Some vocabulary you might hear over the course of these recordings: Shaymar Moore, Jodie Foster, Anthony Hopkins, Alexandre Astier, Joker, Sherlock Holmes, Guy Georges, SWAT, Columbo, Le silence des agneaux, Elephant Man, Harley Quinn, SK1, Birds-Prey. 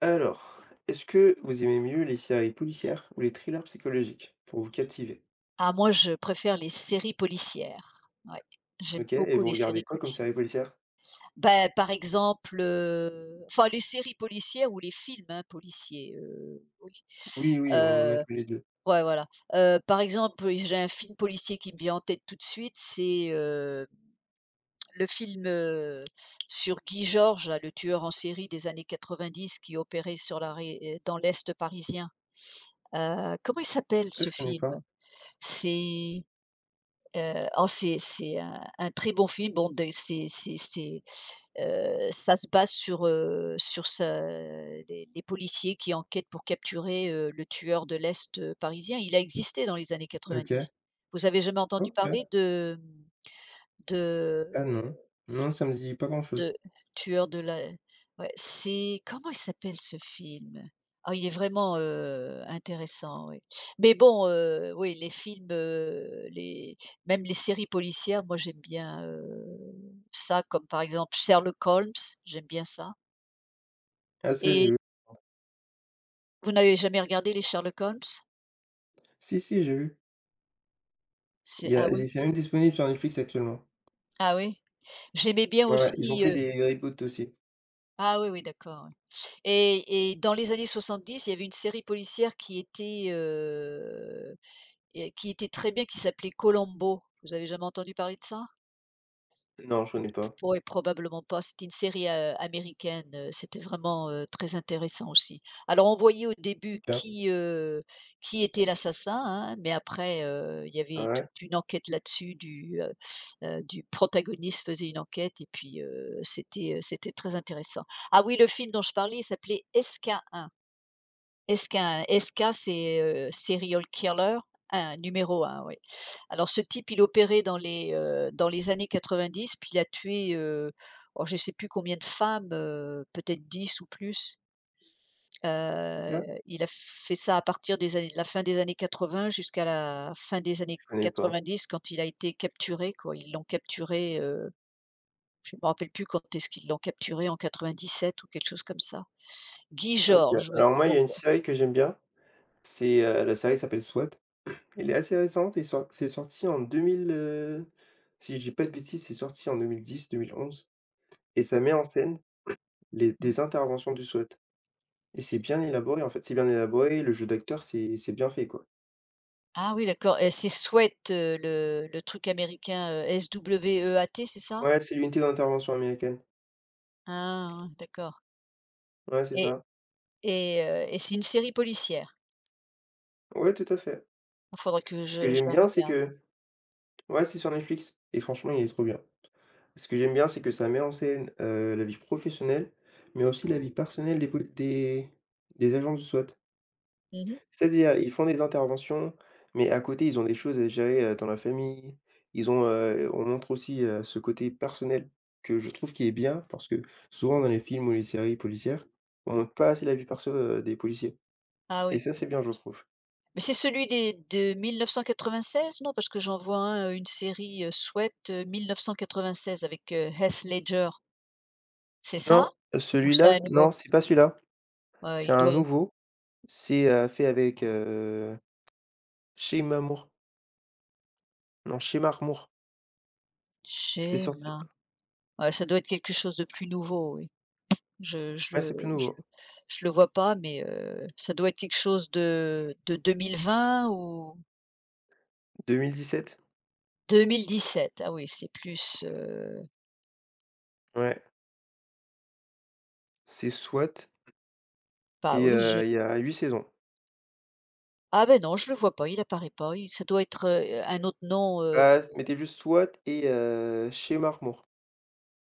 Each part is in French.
Alors, est-ce que vous aimez mieux les séries policières ou les thrillers psychologiques pour vous captiver? Ah moi, je préfère les séries policières. Ouais, j'aime OK. Et beaucoup vous les regardez séries quoi comme policières. série policière? Ben par exemple, enfin les séries policières ou les films, hein, policiers, oui. Oui, oui, on en a Heu, tous les 2. ouais, voilà. Par exemple, oui, j'ai un film policier qui me vient en tête tout de suite, c'est, le film, sur Guy Georges, là, le tueur en série des années 90 qui opérait sur la ré dans l'est parisien. Comment il s'appelle Ah, ce je connais pas. film? C'est Oh, c'est un très bon film. Bon des ça se base sur, sur ce les policiers qui enquêtent pour capturer, le tueur de l'est, parisien. Il a existé dans les années OK. 90. Vous avez jamais entendu OK. parler de Ah non. Non, ça me dit pas grand-chose. de tueur de la ouais, c'est comment il s'appelle ce film? Ah, il est vraiment, intéressant, oui. Mais bon, oui, les films, les même les séries policières, moi j'aime bien, ça, comme par exemple Sherlock Holmes, j'aime bien ça. Ah ça, j'ai Et vu. vous n'avez jamais regardé les Sherlock Holmes? Si, si, j'ai vu. C'est Il y Ah a oui? c'est même disponible sur Netflix actuellement. Ah oui? J'aimais bien Ouais, ouais, ils ont aussi, fait des reboots aussi. ah oui, oui, d'accord, oui. Et dans les années 70, il y avait une série policière qui était, et qui était très bien, qui s'appelait Columbo. Vous avez jamais entendu parler de ça? Non, je connais P pas. Ouais, probablement pas. C'était une série, américaine, c'était vraiment, très intéressant aussi. Alors on voyait au début OK. Qui était l'assassin, hein, mais après, il y Ah avait ouais. toute une enquête là-dessus du protagoniste faisait une enquête et puis, c'était très intéressant. Ah oui, le film dont je parlais, il s'appelait SK1. Est-ce qu'un SK, c'est, serial killer, un numéro un. Oui. Alors ce type, il opérait dans les années 90, puis il a tué, oh, je ne sais plus combien de femmes, peut-être 10 ou plus. OK. Heu, il a fait ça à partir des années de la fin des années 80 jusqu'à la fin des années Je connais pas. 90 quand il a été capturé, quoi. Ils l'ont capturé, je ne me rappelle plus quand est-ce qu'ils l'ont capturé, en 97 ou quelque chose comme ça. Guy OK. Georges, oui, Alors moi, il y a donc. une série que j'aime bien, c'est, la série s'appelle SWAT. Elle est assez récente et sor c'est sorti en 2000, si je dis pas de bêtises, c'est sorti en deux mille dix, mille onze. Et ça met en scène les des interventions du SWAT. Et c'est bien élaboré, en fait, c'est bien élaboré, le jeu d'acteur, c'est bien fait, quoi. Ah oui, d'accord, et c'est Sweat, le truc américain, SWEAT, c'est ça? Ouais, c'est l'unité d'intervention américaine. Ah ouais, d'accord, Ouais, c'est et ça. et c'est une série policière? Ouais, tout à fait. Il faudrait que Ce que je j'aime la bien, c'est regarde. que, ouais, c'est sur Netflix et franchement, il est trop bien. Ce que j'aime bien, c'est que ça met en scène, la vie professionnelle, mais aussi la vie personnelle des poli des agents du SWAT. Mmh. C'est-à-dire, ils font des interventions, mais à côté, ils ont des choses à gérer, dans la famille. On montre aussi, ce côté personnel que je trouve qui est bien parce que souvent dans les films ou les séries policières, on montre pas assez la vie perso, des policiers. Ah Et oui. ça, c'est bien, je trouve. Mais c'est celui des de 1996, non? Parce que j'en vois un, une série, Sweat, 1996 avec, Heath Ledger, c'est ça? Non, Ou c'est celui-là, un non, nouveau? c'est pas celui-là. Ouais, C'est il un doit. nouveau. C'est, fait avec, Shayma Moore. Non, Shaymar Moore. C'est sorti, Schéma. Ouais, ça doit être quelque chose de plus nouveau, oui. Je je ouais, le c'est plus je le nouveau. je le vois pas, mais ça doit être quelque chose de 2020 ou 2017. 2017. Ah oui, c'est plus, Ouais. C'est SWAT pas et, oui, je il y a 8 saisons. ah ben non, je le vois pas, il apparaît pas. Il Ça doit être, un autre nom, Bah, s mettez juste SWAT et, chez Marmour.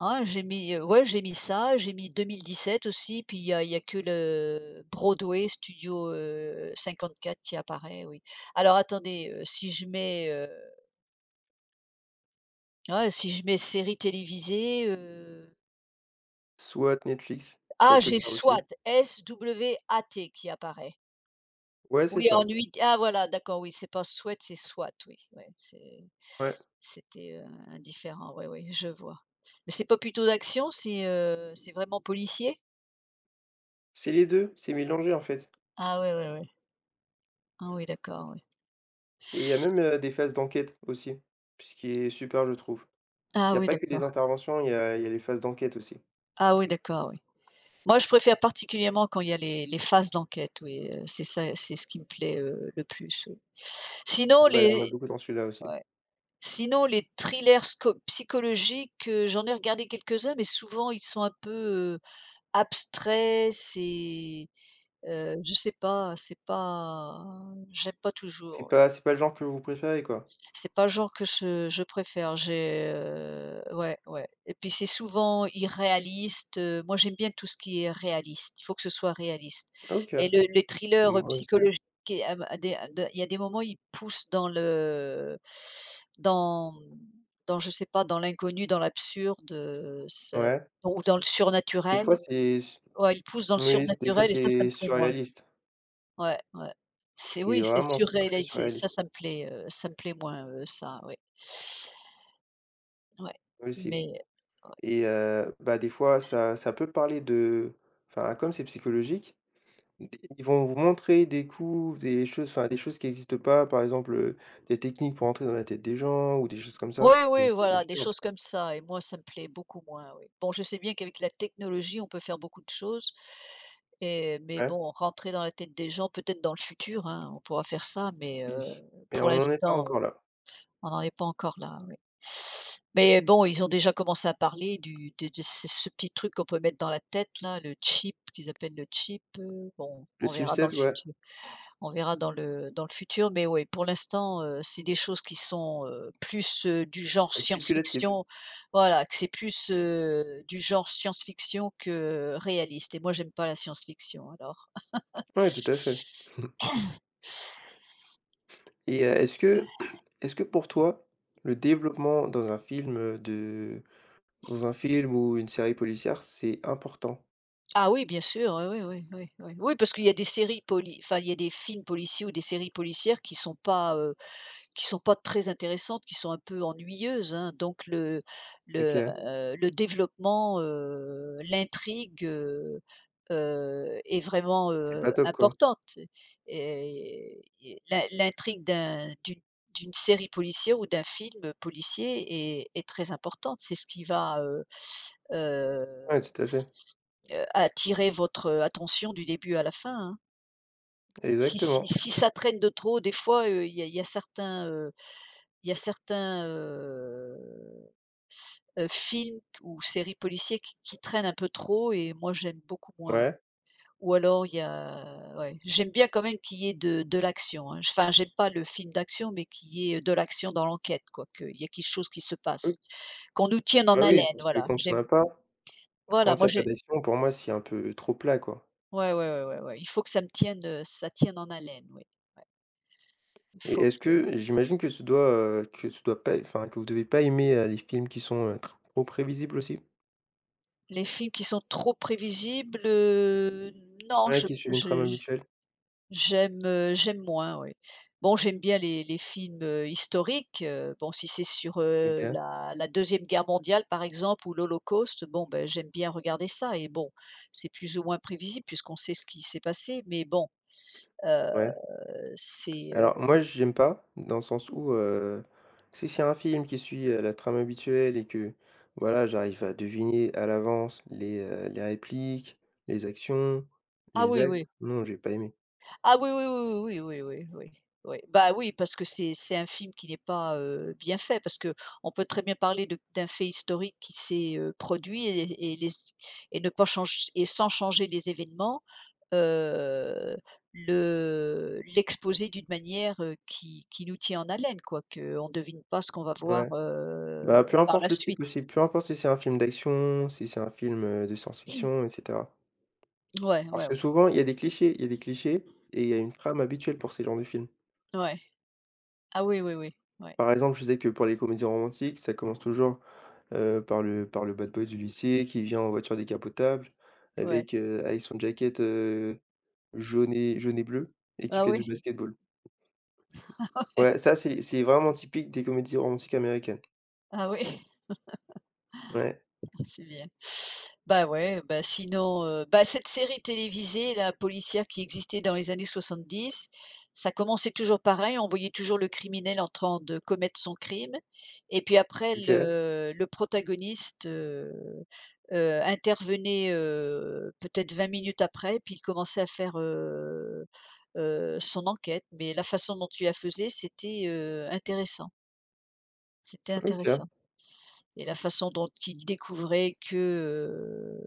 ah j'ai mis, ouais, j'ai mis ça, j'ai mis 2017 aussi, puis il y a que le Broadway Studio, 54 qui apparaît, oui. Alors attendez, si je mets, ouais, si je mets série télévisée. SWAT Netflix, ça Ah, peut le j'ai faire aussi. SWAT, SWAT qui apparaît. Ouais, c'est Oui, ça, en 8, ah voilà, d'accord, oui, c'est pas SWAT, c'est SWAT, oui, ouais, ouais. c'était, indifférent, oui, oui, je vois. Mais c'est pas plutôt d'action, c'est vraiment policier? C'est les deux, c'est mélangé, en fait. Ah ouais, ouais, ouais. Ah oui, d'accord, oui. Et il y a même, des phases d'enquête aussi, ce qui est super, je trouve. Il Ah n'y a oui, pas que des d'accord. interventions, il y a les phases d'enquête aussi. Ah oui, d'accord, oui. Moi, je préfère particulièrement quand il y a les phases d'enquête, oui, c'est ça, c'est ce qui me plaît, le plus, oui. Sinon Voilà, il a les beaucoup dans celui-là aussi. Ouais. Sinon, les thrillers sco psychologiques, j'en ai regardé quelques-uns, mais souvent ils sont un peu, abstraits, c'est, je sais pas, c'est pas j'aime pas C'est toujours. pas c'est pas le genre que vous préférez, quoi? C'est pas le genre que je préfère. J'ai, ouais, ouais, et puis c'est souvent irréaliste, moi j'aime bien tout ce qui est réaliste. Il faut que ce soit réaliste OK, et le les thrillers moi aussi. psychologiques à des à de il y a des moments, ils poussent dans, je sais pas, dans l'inconnu, dans l'absurde, ce Ouais. ou dans le Des surnaturel. fois, c'est s Ouais, ils poussent dans le oui, des fois, surnaturel et ça c'est me plaît moins. surréaliste. Ouais, ouais. C'est C'est Oui, vraiment s très c'est ça, surréaliste. Ça me plaît moins, ça, oui. Ouais, Moi aussi. mais ouais. Et bah, des fois ça peut parler de, enfin, comme c'est psychologique, d ils vont vous montrer des coups, des choses, enfin, des choses qui n'existent pas, par exemple, des techniques pour entrer dans la tête des gens ou des choses comme Oui, ça. Mais oui, c'est voilà, des absurde. choses comme ça, et moi, ça me plaît beaucoup moins, oui. Bon, je sais bien qu'avec la technologie, on peut faire beaucoup de choses, et mais Ouais, bon, rentrer dans la tête des gens, peut-être dans le futur, hein, on pourra faire ça, mais oui, mais pour on n'en est pas l'instant, encore là. on n'en est pas encore là, oui. Mais bon, ils ont déjà commencé à parler du de ce petit truc qu'on peut mettre dans la tête là, le chip, qu'ils appellent le chip, bon, Le on verra dans chipset, le ouais, futur on verra dans le futur, mais oui, pour l'instant, c'est des choses qui sont, plus, du genre c'est spéculatif. science-fiction. Voilà, que c'est plus, du genre science-fiction que réaliste, et moi j'aime pas la science-fiction alors. Ouais, tout à fait. Et heu, est-ce que est-ce que pour toi, le développement dans un film, de dans un film ou une série policière, c'est important? Ah oui, bien sûr, oui, oui, oui, oui, oui. Oui, parce qu'il y a des séries poli enfin, il y a des films policiers ou des séries policières qui sont pas très intéressantes, qui sont un peu ennuyeuses, hein, donc OK, le développement, l'intrigue, est vraiment, c'est pas top, quoi. importante, et l'intrigue d'une série policière ou d'un film policier est très importante. C'est ce qui va, heu Ouais, tout à fait. Attirer votre attention du début à la fin, hein. Si si Exactement, si ça traîne de trop, des fois, il y a certains, il y a certains, heu films ou séries policiers qui traînent un peu trop, et moi j'aime beaucoup moins. ouais. Ou alors il y a ouais, j'aime bien quand même qu'il y ait de l'action, hein. Enfin, j'aime pas le film d'action, mais qu'il y ait de l'action dans l'enquête, quoi, qu'il y a quelque chose qui se Oui, passe, qu'on nous tienne en bah, oui, haleine, parce que voilà. J'aime Voilà, quand il moi y a pas j'ai d'action, pour moi, c'est un peu trop plat, quoi. ouais, ouais, ouais, ouais, ouais, il faut que ça me tienne, ça tienne en haleine, oui. Il Et faut est-ce que que, j'imagine que tu dois pas enfin, que vous devez pas aimer, les films qui sont, tr trop prévisibles aussi? Les films qui sont trop prévisibles, non, Ouais, qui suivent une trame je j habituelle. j'aime, moins, oui. Bon, j'aime bien les films, historiques, bon, si c'est sur, OK, la 2 guerre mondiale, par exemple, ou l'Holocauste, bon, ben, j'aime bien regarder ça, et bon, c'est plus ou moins prévisible puisqu'on sait ce qui s'est passé, mais bon, heu, ouais. c'est, Alors moi, j'aime pas dans le sens où, si c'est un film qui suit, la trame habituelle et que, voilà, j'arrive à deviner à l'avance les répliques, les actions, ah les oui, actes, oui. non, je vais pas aimer. Ah oui, oui, oui, oui, oui, oui, oui, oui. Oui. Bah oui, parce que c'est un film qui n'est pas, bien fait, parce que on peut très bien parler de d'un fait historique qui s'est, produit, et les ne pas changer et sans changer les événements, heu, le l'exposer d'une manière, qui nous tient en haleine, quoi, que on devine pas ce qu'on va voir, Ouais. Bah, peu par importe la le type suite. aussi, peu importe si c'est un film d'action, si c'est un film, de science-fiction, et cetera. Ouais, Parce ouais, que ouais. souvent, il y a des clichés et il y a une trame habituelle pour ces genres de films. Ouais. Ah oui, oui, oui. Ouais, Par exemple, je sais que pour les comédies romantiques, ça commence toujours, par le bad boy du lycée qui vient en voiture décapotable ouais. avec, avec son jacket, jaune et bleu, et qui Ah fait du oui, basketball. Ouais, ça, c'est vraiment typique des comédies romantiques américaines. ah oui. Ouais. C'est bien. Bah, ouais, bah, sinon, bah, cette série télévisée, la policière qui existait dans les années 70, ça commençait toujours pareil, on voyait toujours le criminel en train de commettre son crime, et puis après OK, le protagoniste, intervenait, peut-être 20 minutes après, puis il commençait à faire, son enquête, mais la façon dont il la faisait, c'était, intéressant, c'était OK, intéressant. Et la façon dont il découvrait que, heu,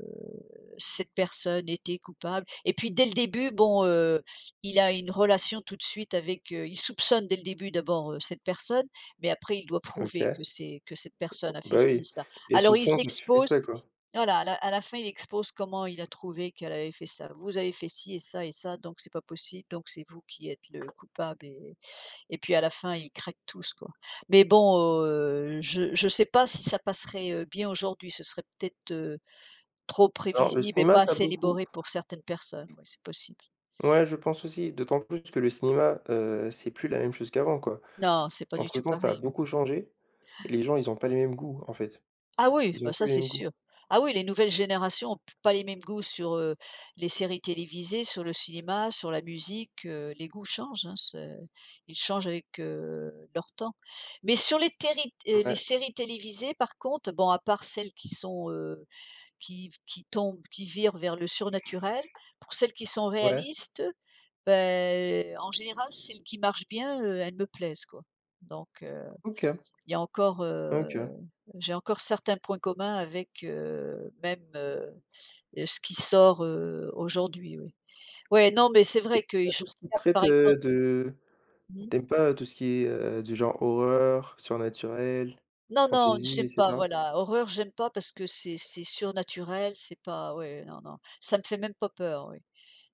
cette personne était coupable. Et puis dès le début, bon, il a une relation tout de suite avec, il soupçonne dès le début d'abord, cette personne, mais après il doit prouver OK. que c'est que cette personne a fait Bah, ci, oui. ça. Les Alors il soupçons, ça suffisent l'expose, pas, quoi. voilà, à la fin il expose comment il a trouvé qu'elle avait fait ça: «Vous avez fait ci et ça, donc c'est pas possible, donc c'est vous qui êtes le coupable», et puis à la fin, ils craquent tous, quoi. Mais bon, je sais pas si ça passerait, bien aujourd'hui. Ce serait peut-être, trop Alors le prévisible et cinéma, pas ça a assez beaucoup élaboré pour certaines personnes. Oui, c'est possible. ouais, je pense aussi, d'autant plus que le cinéma, c'est plus la même chose qu'avant, quoi. Non, C c'est pas du tout Entre-temps, ça a pareil, oui. beaucoup changé et les gens, ils ont pas les mêmes goûts, en fait. Ah oui, Ils ont bah, plus ça, les c'est mêmes goûts. sûr. Ah oui, les nouvelles générations ont pas les mêmes goûts sur, les séries télévisées, sur le cinéma, sur la musique, les goûts changent, hein, c'est, ils changent avec, leur temps. Mais sur les téri t les Ouais, séries télévisées, par contre, bon, à part celles qui sont, qui tombent, qui virent vers le surnaturel. Pour celles qui sont ouais. réalistes, beh, en général, celles qui marchent bien, elles me plaisent, quoi. Donc OK, il y a encore, OK. j'ai encore certains points communs avec, même, ce qui sort, aujourd'hui, oui. Ouais, non, mais c'est Et vrai que pas je tout ce qui regarde, traite, par exemple. de… Mmh. T'aimes pas, tout ce qui est, du genre horreur, surnaturel, Non, non, fantasy, et j'aime pas, cetera? voilà. Horreur, j'aime pas parce que c'est surnaturel, c'est pas ouais, non, non. Ça me fait même pas peur, oui.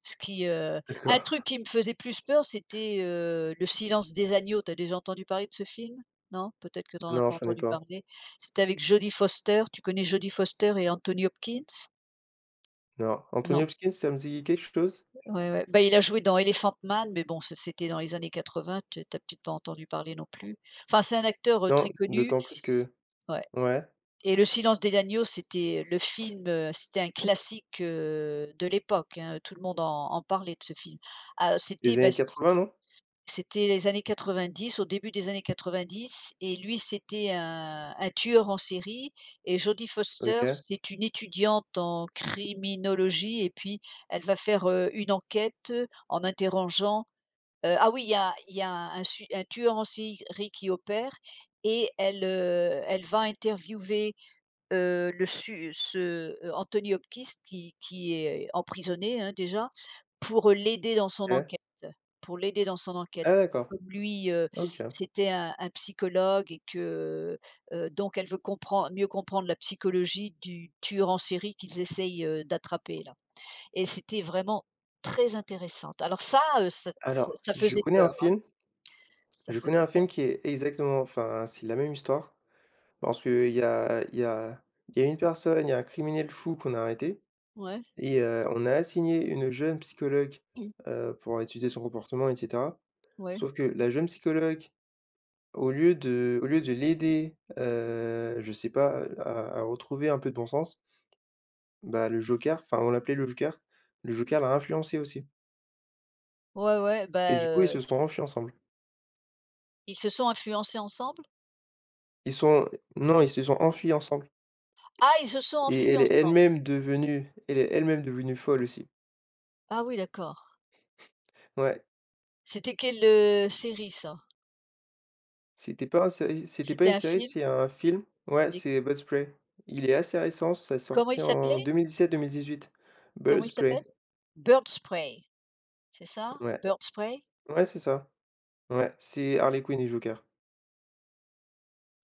Ce qui, heu un truc D'accord. qui me faisait plus peur, c'était, Le silence des agneaux. T'as déjà entendu parler de ce film? Non? Peut-être que t'en as Non, pas je connais entendu pas. parler. C'était avec Jodie Foster. Tu connais Jodie Foster et Anthony Hopkins? Non. Anthony Non. Hopkins, ça me dit quelque chose? Ouais, ouais. Bah, il a joué dans Elephant Man, mais bon, ça, c'était dans les années 80, tu as peut-être pas entendu parler non plus. Enfin, c'est un acteur, Non, très connu. d'autant plus que, Ouais. ouais, Et Le silence des agneaux, c'était le film, c'était un classique, de l'époque, hein, tout le monde en parlait de ce film. Ah, c'était, des bah, années 80, non? c'était les années 90, au début des années 90, et lui, c'était un tueur en série, et Jodie Foster, OK, c'est une étudiante en criminologie, et puis elle va faire, une enquête, en interrogeant, ah oui, il y a un su un tueur en série qui opère, et elle, elle va interviewer, Anthony Hopkins qui est emprisonné, hein, déjà, pour l'aider dans son OK. enquête, pour l'aider dans son enquête. Ah, d'accord. Comme lui, OK. c'était un psychologue, et que, donc elle veut comprendre mieux comprendre la psychologie du tueur en série qu'ils essayent, d'attraper là, et c'était vraiment très intéressante. Alors ça, ça ça Alors, ça faisait peur, hein, ça je connais faisait un peur. film qui est exactement, enfin, c'est la même histoire, parce que il y a une personne, il y a un criminel fou qu'on a arrêté. Ouais. Et, on a assigné une jeune psychologue, Mm. Pour étudier son comportement, et cetera. Ouais. Sauf que la jeune psychologue, au lieu de l'aider, je sais pas, à retrouver un peu de bon sens, bah, le joker, enfin, on l'appelait le joker l'a influencé aussi Ouais, ouais, et bah, du coup, ils se sont enfuis ensemble. ils se sont influencés ensemble? Ils sont Non, ils se sont enfuis ensemble. Ah, ils se sont Et enfuis elle est ensemble. elle-même devenue elle est elle-même devenue folle aussi. Ah oui, d'accord. Ouais, C'était quelle, série ça? C'était pas C'était une un série, film, c'est un film. Ouais, et c'est Birds-Prey. Il est assez récent, ça a comment il sorti en s'appelait? 2017-2018. Comment il s'appelle? Birds-Prey, Bird Spray, c'est ça? ouais. Bird Spray? Ouais, c'est ça. Ouais, c'est Harley Quinn et Joker.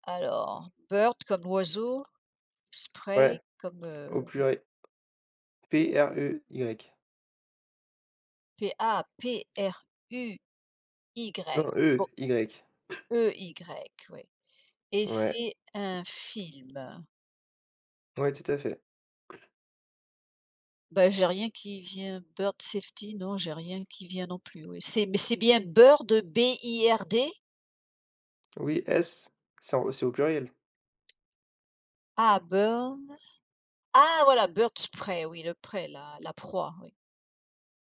Alors, bird comme oiseau, Ouais, spray comme, au pluriel. Prey. P A P R U Y, Non, bon, E-Y. E Y, oui, et Ouais, c'est un film. ouais, tout à fait. Bah, j'ai rien qui vient. Bird Safety, non, j'ai rien qui vient non plus, oui. C'est, mais c'est bien Bird, BIRD? Oui, S, c'est au pluriel. Ah, Bird. Ah voilà, Bird Spray, oui, le prêt, la proie, oui.